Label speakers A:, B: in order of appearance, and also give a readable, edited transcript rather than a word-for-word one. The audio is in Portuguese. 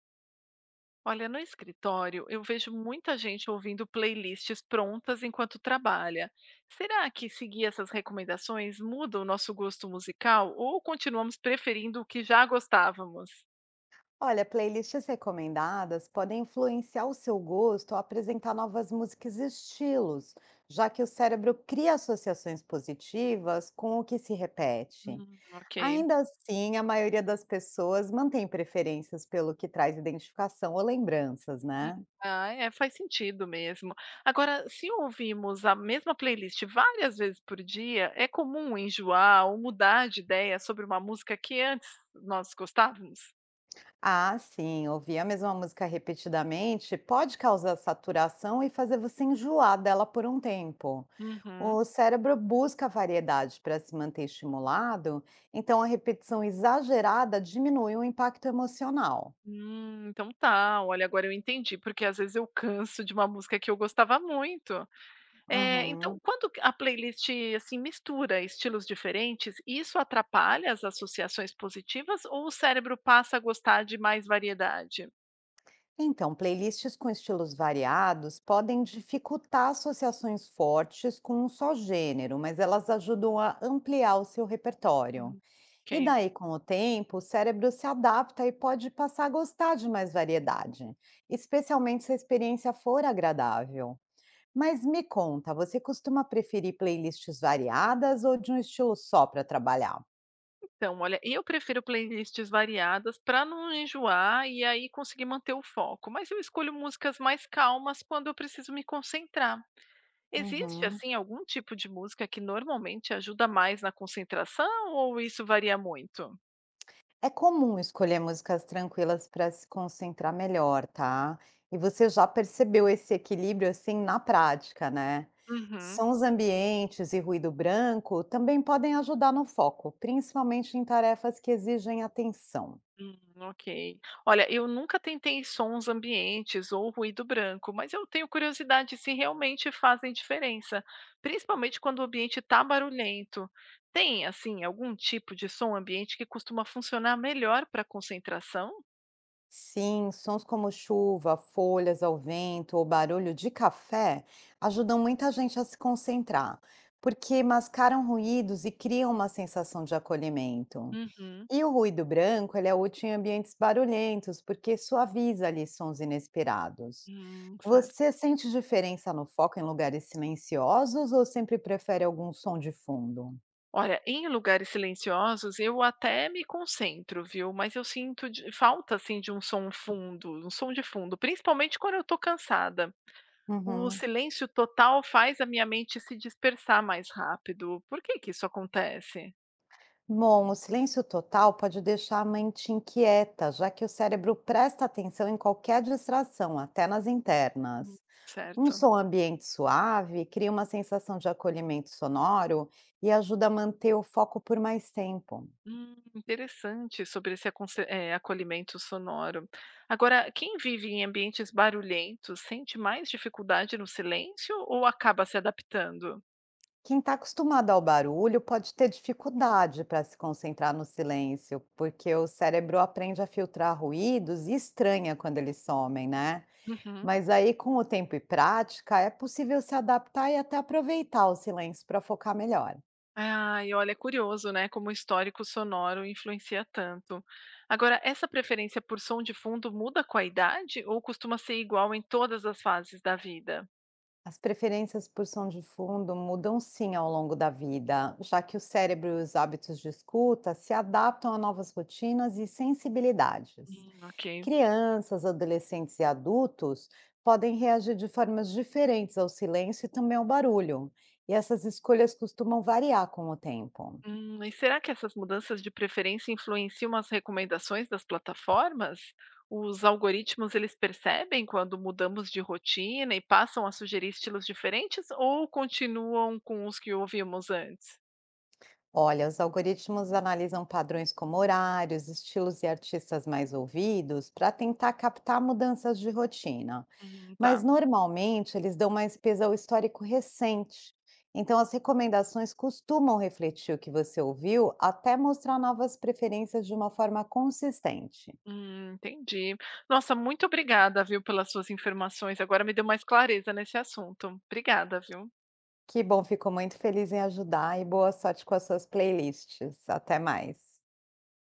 A: Olha, no escritório eu vejo muita gente ouvindo playlists prontas enquanto trabalha. Será que seguir essas recomendações muda o nosso gosto musical ou continuamos preferindo o que já gostávamos?
B: Olha, playlists recomendadas podem influenciar o seu gosto ao apresentar novas músicas e estilos, já que o cérebro cria associações positivas com o que se repete.
A: Ok.
B: Ainda assim, a maioria das pessoas mantém preferências pelo que traz identificação ou lembranças,
A: Hum,
B: né?
A: Ah, é, faz sentido mesmo. Agora, se ouvimos a mesma playlist várias vezes por dia, é comum enjoar ou mudar de ideia sobre uma música que antes nós gostávamos?
B: Ah, sim, ouvir a mesma música repetidamente pode causar saturação e fazer você enjoar dela por um tempo.
A: Uhum.
B: O cérebro busca variedade para se manter estimulado, então a repetição exagerada diminui o impacto emocional.
A: Então tá. Olha, agora eu entendi, porque às vezes eu canso de uma música que eu gostava muito. Então,
B: Uhum.
A: quando a playlist, assim, mistura estilos diferentes, isso atrapalha as associações positivas ou o cérebro passa a gostar de mais variedade?
B: Então, playlists com estilos variados podem dificultar associações fortes com um só gênero, mas elas ajudam a ampliar o seu repertório.
A: Hum,
B: E
A: Ok.
B: daí, com o tempo, o cérebro se adapta e pode passar a gostar de mais variedade, especialmente se a experiência for agradável. Mas me conta, você costuma preferir playlists variadas ou de um estilo só para trabalhar?
A: Então, olha, eu prefiro playlists variadas para não enjoar e aí conseguir manter o foco, mas eu escolho músicas mais calmas quando eu preciso me concentrar. Existe,
B: Uhum.
A: assim, algum tipo de música que normalmente ajuda mais na concentração ou isso varia muito?
B: É comum escolher músicas tranquilas para se concentrar melhor, tá? E você já percebeu esse equilíbrio assim na prática, né?
A: Uhum.
B: Sons ambientes e ruído branco também podem ajudar no foco, principalmente em tarefas que exigem atenção.
A: Ok. Olha, eu nunca tentei sons ambientes ou ruído branco, mas eu tenho curiosidade se realmente fazem diferença, principalmente quando o ambiente está barulhento. Tem, assim, algum tipo de som ambiente que costuma funcionar melhor para concentração?
B: Sim, sons como chuva, folhas ao vento ou barulho de café ajudam muita gente a se concentrar, porque mascaram ruídos e criam uma sensação de acolhimento.
A: Uhum.
B: E o ruído branco, ele é útil em ambientes barulhentos, porque suaviza ali sons inesperados.
A: Certo.
B: Você sente diferença no foco em lugares silenciosos ou sempre prefere algum som de fundo?
A: Olha, em lugares silenciosos eu até me concentro, viu, mas eu sinto de falta, assim, de um som fundo, um som de fundo, principalmente quando eu estou cansada. O
B: Uhum.
A: silêncio total faz a minha mente se dispersar mais rápido. Por que que isso acontece?
B: Bom, o silêncio total pode deixar a mente inquieta, já que o cérebro presta atenção em qualquer distração, até nas
A: Hum,
B: internas. Um
A: certo.
B: som ambiente suave cria uma sensação de acolhimento sonoro e ajuda a manter o foco por mais tempo.
A: Interessante sobre esse acolhimento sonoro. Agora, quem vive em ambientes barulhentos sente mais dificuldade no silêncio ou acaba se adaptando?
B: Quem está acostumado ao barulho pode ter dificuldade para se concentrar no silêncio, porque o cérebro aprende a filtrar ruídos e estranha quando eles somem, né?
A: Uhum.
B: Mas aí, com o tempo e prática, é possível se adaptar e até aproveitar o silêncio para focar melhor.
A: Ah, e olha, é curioso, né, como o histórico sonoro influencia tanto. Agora, essa preferência por som de fundo muda com a idade ou costuma ser igual em todas as fases da vida?
B: As preferências por som de fundo mudam sim ao longo da vida, já que o cérebro e os hábitos de escuta se adaptam a novas rotinas e sensibilidades.
A: Ok.
B: Crianças, adolescentes e adultos podem reagir de formas diferentes ao silêncio e também ao barulho, e essas escolhas costumam variar com o tempo.
A: E será que essas mudanças de preferência influenciam as recomendações das plataformas? Os algoritmos, eles percebem quando mudamos de rotina e passam a sugerir estilos diferentes ou continuam com os que ouvimos antes?
B: Olha, os algoritmos analisam padrões como horários, estilos e artistas mais ouvidos para tentar captar mudanças de rotina,
A: Tá.
B: mas normalmente eles dão mais peso ao histórico recente. Então, as recomendações costumam refletir o que você ouviu até mostrar novas preferências de uma forma consistente.
A: Entendi. Nossa, muito obrigada, viu, pelas suas informações. Agora me deu mais clareza nesse assunto. Obrigada, viu?
B: Que bom, fico muito feliz em ajudar e boa sorte com as suas playlists. Até mais.